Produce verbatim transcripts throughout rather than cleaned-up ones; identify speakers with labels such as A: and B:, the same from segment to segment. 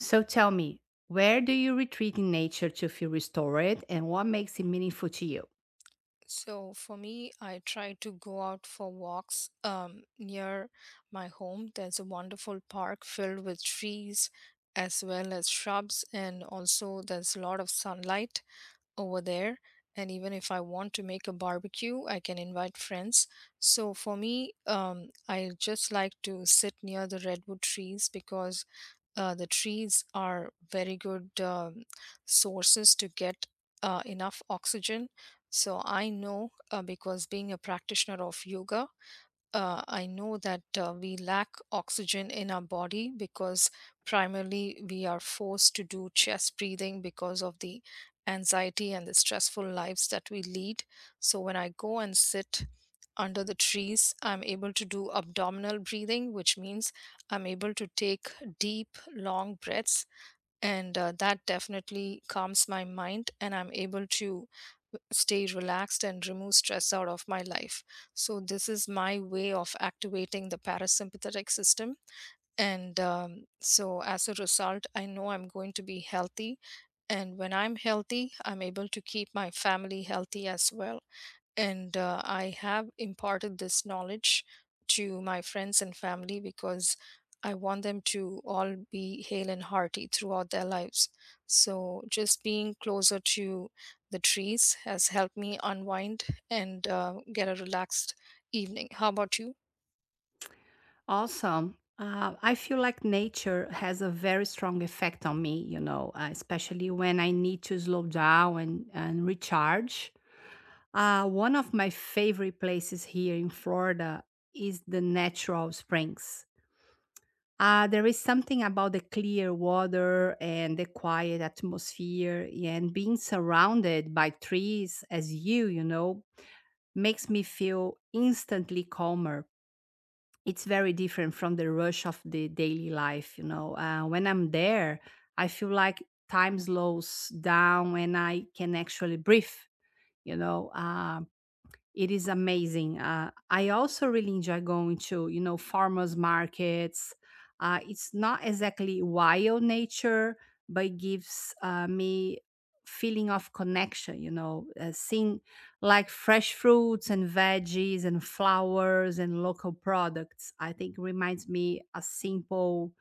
A: So tell me, where do you retreat in nature to feel restored and what makes it meaningful to you?
B: So for me, I try to go out for walks um, near my home. There's a wonderful park filled with trees as well as shrubs, and also there's a lot of sunlight over there. And even if I want to make a barbecue, I can invite friends. So for me, um, I just like to sit near the redwood trees because uh, the trees are very good um, sources to get uh, enough oxygen. So I know uh, because being a practitioner of yoga, uh, I know that uh, we lack oxygen in our body because primarily we are forced to do chest breathing because of the anxiety and the stressful lives that we lead. So, when I go and sit under the trees, I'm able to do abdominal breathing, which means I'm able to take deep, long breaths and uh, that definitely calms my mind, and I'm able to uh, stay relaxed and remove stress out of my life. So this is my way of activating the parasympathetic system, and um, so as a result, I know I'm going to be healthy, and when I'm healthy, I'm able to keep my family healthy as well. And uh, I have imparted this knowledge to my friends and family because I want them to all be hale and hearty throughout their lives. So, just being closer to the trees has helped me unwind and uh, get a relaxed evening. How about you?
A: Also, uh, I feel like nature has a very strong effect on me, you know, uh, especially when I need to slow down and, and recharge. Uh, one of my favorite places here in Florida is the natural springs. Uh, there is something about the clear water and the quiet atmosphere and being surrounded by trees as you, you know, makes me feel instantly calmer. It's very different from the rush of the daily life, you know. Uh, when I'm there, I feel like time slows down and I can actually breathe, you know. Um, it is amazing. Uh, I also really enjoy going to, you know, farmers markets. Uh, it's not exactly wild nature, but it gives uh, me feeling of connection. You know, uh, seeing like fresh fruits and veggies and flowers and local products. I think reminds me a simple,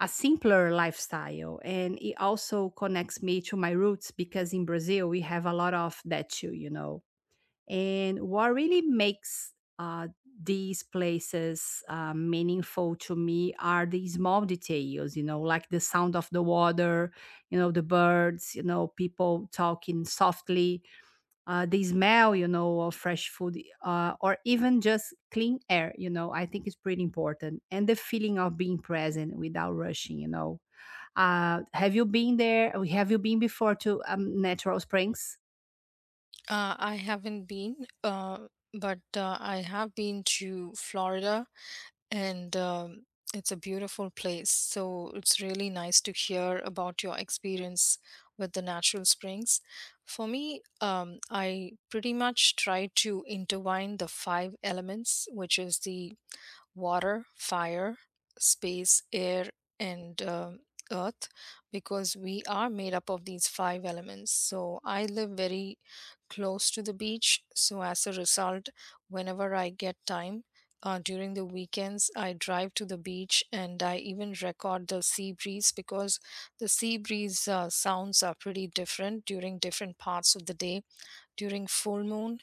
A: a simpler lifestyle, and it also connects me to my roots because in Brazil we have a lot of that too. You know and what really makes uh, these places uh, meaningful to me are the small details, you know, like the sound of the water, you know, the birds, you know, people talking softly, uh, the smell, you know, of fresh food, uh, or even just clean air, you know, I think it's pretty important. And the feeling of being present without rushing, you know. Uh, have you been there? Have you been before to um, Natural Springs?
B: Uh, I haven't been, uh, but uh, I have been to Florida, and um, it's a beautiful place. So it's really nice to hear about your experience with the natural springs. For me, um, I pretty much try to intertwine the five elements, which is the water, fire, space, air, and um, earth, because we are made up of these five elements. So I live very close to the beach. So as a result, whenever I get time, uh, during the weekends, I drive to the beach, and I even record the sea breeze because the sea breeze uh, sounds are pretty different during different parts of the day. During full moon,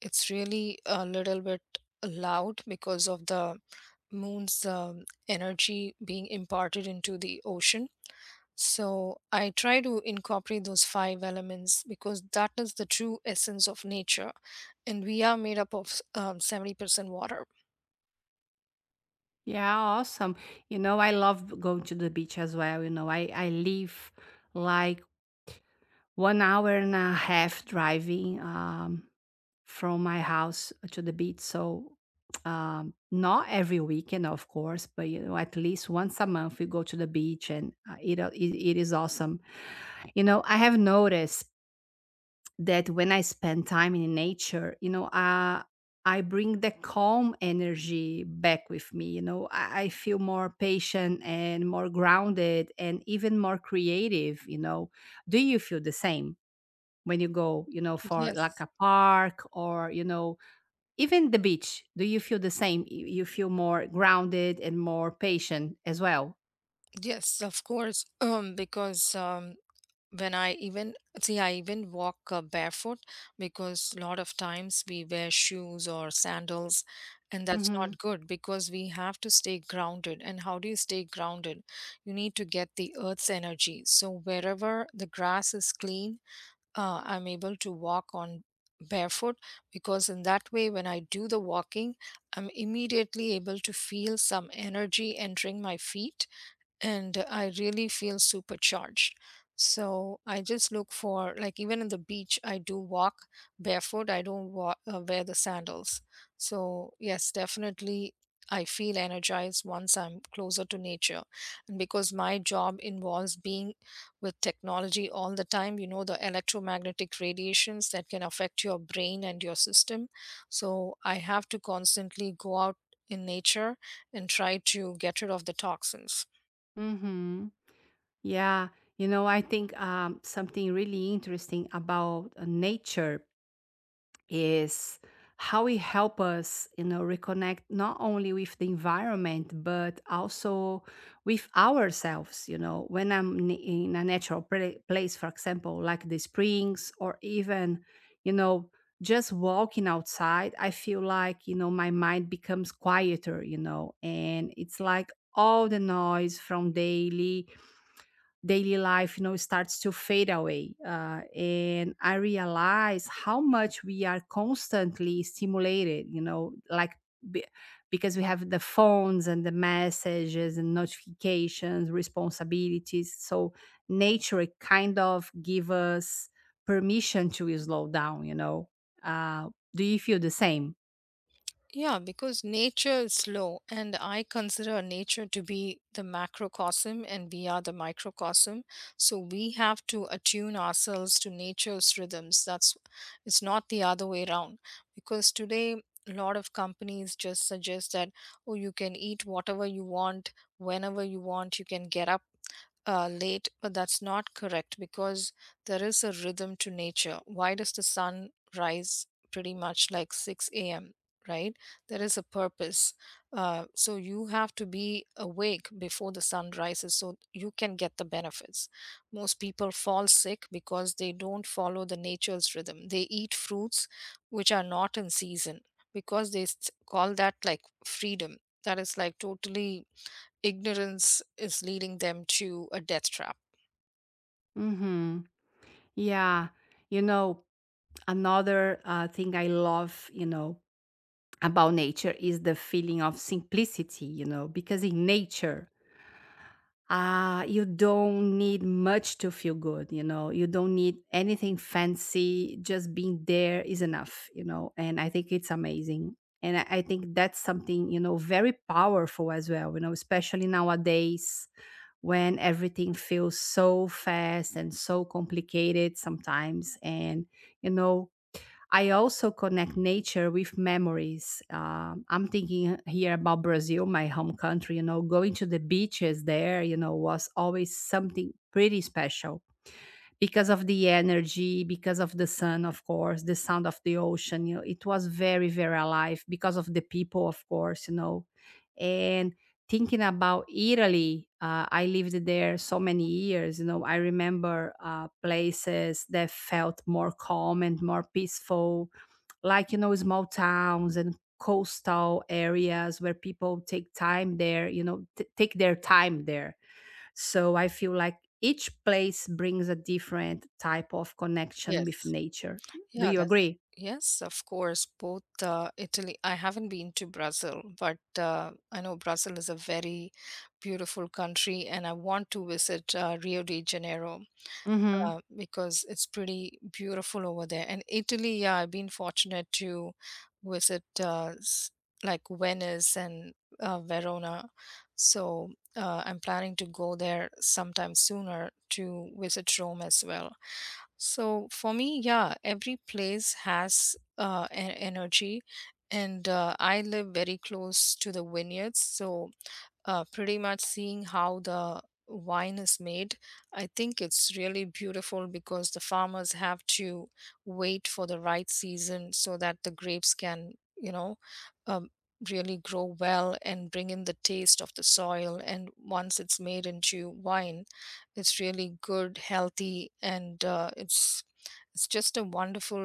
B: it's really a little bit loud because of the moon's um, energy being imparted into the ocean. So I try to incorporate those five elements because that is the true essence of nature, and we are made up of um, seventy percent water.
A: Yeah, awesome. You know, I love going to the beach as well. You know, I, I live like one hour and a half driving um, from my house to the beach. So, um, not every weekend, of course, but you know, at least once a month we go to the beach and uh, it, it, it is awesome. You know, I have noticed that when I spend time in nature, you know, uh, I bring the calm energy back with me. You know, I, I feel more patient and more grounded and even more creative. You know, do you feel the same when you go, you know, for like
B: Yes,
A: a park or, you know, even the beach? Do you feel the same? You you feel more grounded and more patient as well?
B: yes, of course. um, because um, when I even see, I even walk uh, barefoot, because a lot of times we wear shoes or sandals, and
A: Mm
B: that's
A: hmm.
B: not good because we have to stay grounded. And how do you stay grounded? You need to get the earth's energy. So wherever the grass is clean, uh, I'm able to walk on barefoot, because in that way when I do the walking, I'm immediately able to feel some energy entering my feet, and I really feel supercharged. So I just look for, like, even in the beach I do walk barefoot. I don't wa- uh, wear the sandals. So yes, definitely I feel energized once I'm closer to nature. And because my job involves being with technology all the time, you know the electromagnetic radiations that can affect your brain and your system. So I have to constantly go out in nature and try to get rid of the toxins.
A: Mm hmm. Yeah, you know, I think um, something really interesting about uh, nature is how it help us, you know, reconnect not only with the environment but also with ourselves. You know, when I'm n- in a natural pla- place, for example, like the springs, or even, you know, just walking outside, I feel like you know my mind becomes quieter. You know, and it's like all the noise from daily daily life you know starts to fade away uh, and I realize how much we are constantly stimulated you know like be- because we have the phones and the messages and notifications responsibilities, so nature kind of give us permission to slow down you know uh, do you feel the same?
B: Yeah, because nature is slow, and I consider nature to be the macrocosm and we are the microcosm. So we have to attune ourselves to nature's rhythms. That's It's not the other way around. Because today, a lot of companies just suggest that, oh, you can eat whatever you want, whenever you want, you can get up uh, late, but that's not correct because there is a rhythm to nature. Why does the sun rise pretty much like six a m, right? There is a purpose. Uh, so you have to be awake before the sun rises so you can get the benefits. Most people fall sick because they don't follow the nature's rhythm. They eat fruits which are not in season because they s- call that like freedom. That is like totally ignorance is leading them to a death trap.
A: Mm-hmm. Yeah, you know another uh, thing I love you know about nature is the feeling of simplicity, you know, because in nature, uh, you don't need much to feel good, you know, you don't need anything fancy, just being there is enough, you know, and I think it's amazing. And I I think that's something, you know, very powerful as well, you know, especially nowadays when everything feels so fast and so complicated sometimes. And, you know, I also connect nature with memories. Uh, I'm thinking here about Brazil, my home country. You know, going to the beaches there, you know, was always something pretty special. Because of the energy, because of the sun, of course, the sound of the ocean, you know, it was very, very alive because of the people, of course, you know. And thinking about Italy, uh, I lived there so many years, you know, I remember uh, places that felt more calm and more peaceful, like, you know, small towns and coastal areas where people take time there, you know, t- take their time there, so I feel like each place brings a different type of connection with
B: Yes.
A: nature. Do
B: Yeah,
A: you
B: that's
A: agree?
B: Yes, of course. Both uh, Italy. I haven't been to Brazil, but uh, I know Brazil is a very beautiful country, and I want to visit uh, Rio de Janeiro,
A: Mm
B: uh, because it's pretty beautiful over there. And Italy, yeah, I've been fortunate to visit uh, s- like Venice and uh, Verona. So uh, I'm planning to go there sometime sooner to visit Rome as well. So for me, yeah, every place has uh, an energy. And uh, I live very close to the vineyards. So uh, pretty much seeing how the wine is made. I think it's really beautiful because the farmers have to wait for the right season so that the grapes can, you know, um, really grow well and bring in the taste of the soil. And once it's made into wine, it's really good, healthy, and uh, it's it's just a wonderful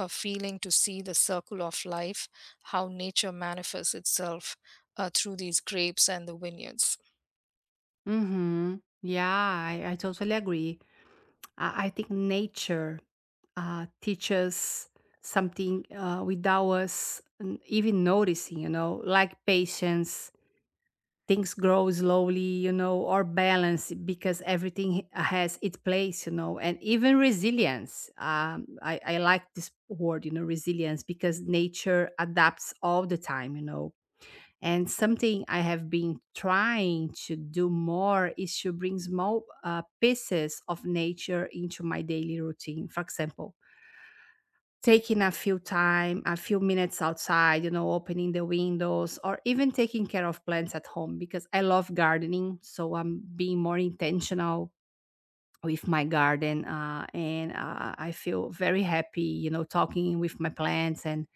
B: uh feeling to see the circle of life, how nature manifests itself uh, through these grapes and the vineyards.
A: hmm. Mm hmm. Yeah, I, I totally agree. I, I think nature uh, teaches something uh, without us n- even noticing, you know, like patience, things grow slowly, you know, or balance because everything has its place, you know, and even resilience. Um, I, I like this word, you know, resilience because nature adapts all the time, you know. And something I have been trying to do more is to bring small uh, pieces of nature into my daily routine. For example, taking a few time, a few minutes outside, you know, opening the windows or even taking care of plants at home because I love gardening. So I'm being more intentional with my garden. Uh, and uh, I feel very happy, you know, talking with my plants and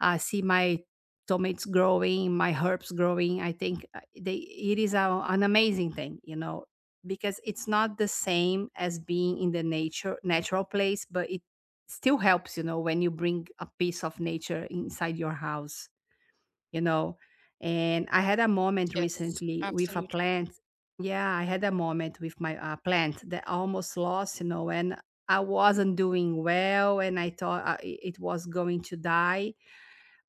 A: uh, see my tomatoes growing, my herbs growing. I think uh, they it is a, an amazing thing, you know, because it's not the same as being in the nature natural place, but it still helps, you know, when you bring a piece of nature inside your house, you know. And I had a moment
B: Yes,
A: recently with a
B: absolutely.
A: plant. Yeah, I had a moment with my uh, plant that I almost lost, you know, and I wasn't doing well, and I thought uh, it it was going to die,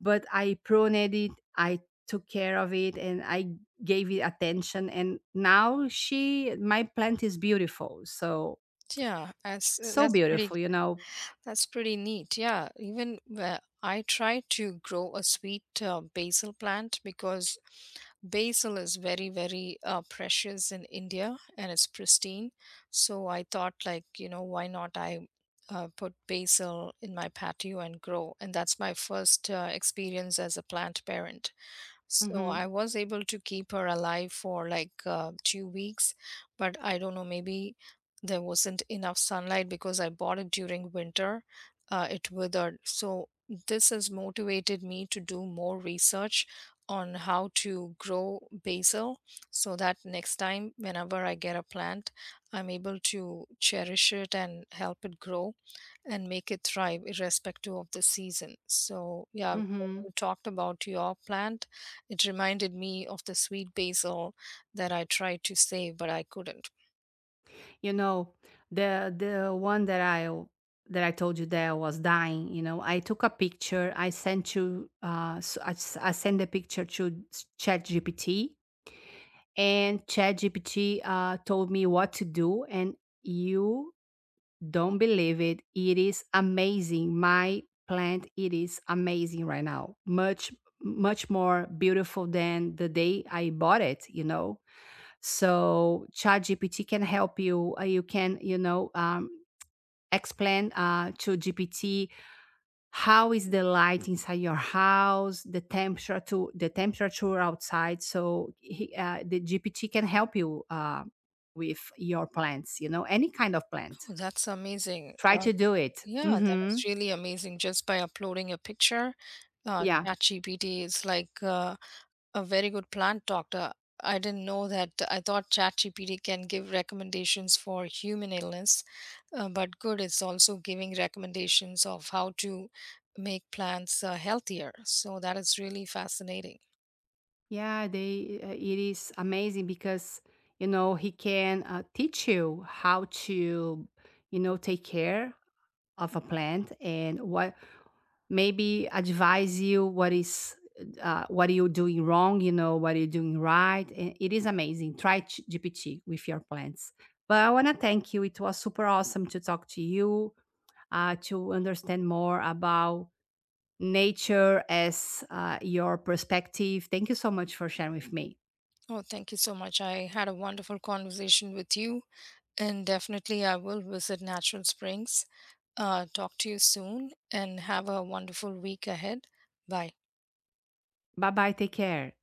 A: but I pruned it, I took care of it, and I gave it attention. And now she, my plant is beautiful. So,
B: Yeah, that's uh,
A: so
B: that's pretty
A: beautiful, you know.
B: that's pretty neat. Yeah, even where I try to grow a sweet uh, basil plant because basil is very very uh, precious in India and it's pristine. So I thought, like, you know, why not I. Uh, put basil in my patio and grow, and that's my first uh, experience as a plant parent. So
A: Hmm.
B: I was able to keep her alive for like uh, two weeks, but I don't know, maybe there wasn't enough sunlight because I bought it during winter. Uh, it withered. So this has motivated me to do more research on how to grow basil so that next time, whenever I get a plant, I'm able to cherish it and help it grow and make it thrive irrespective of the season. So, yeah, when
A: Hmm.
B: you talked about your plant, it reminded me of the sweet basil that I tried to save, but I couldn't.
A: You know, the the one that I that I told you that was dying. You know, I took a picture. I sent you. Uh, s I s I I sent the picture to ChatGPT, and ChatGPT uh, told me what to do, and you don't believe it. It is amazing. My plant, it is amazing right now. Much, much more beautiful than the day I bought it, you know. So ChatGPT can help you. uh, You can, you know, um, explain uh, to G P T how is the light inside your house, the temperature to the temperature outside. So he, uh, the G P T can help you uh, with your plants, you know, any kind of plant.
B: Oh, that's amazing.
A: Try
B: Uh,
A: to do it.
B: yeah, that is
A: Mhm.
B: really amazing. Just by uploading a picture, uh,
A: Yeah.
B: ChatGPT is like uh, a very good plant doctor. I didn't know that. I thought ChatGPT can give recommendations for human illness. uh, but good. It's also giving recommendations of how to make plants uh, healthier. So that is really fascinating.
A: Yeah, they uh, it is amazing because, you know, he can uh, teach you how to, you know, take care of a plant and what maybe advise you what is uh, what are you doing wrong, you know, what are you doing right. And it is amazing. Try Ch- G P T with your plants. But I want to thank you. It was super awesome to talk to you, uh, to understand more about nature as uh, your perspective. Thank you so much for sharing with me.
B: Oh, thank you so much. I had a wonderful conversation with you, and definitely I will visit Natural Springs. Uh, talk to you soon and have a wonderful week ahead. Bye.
A: Bye bye. Take care.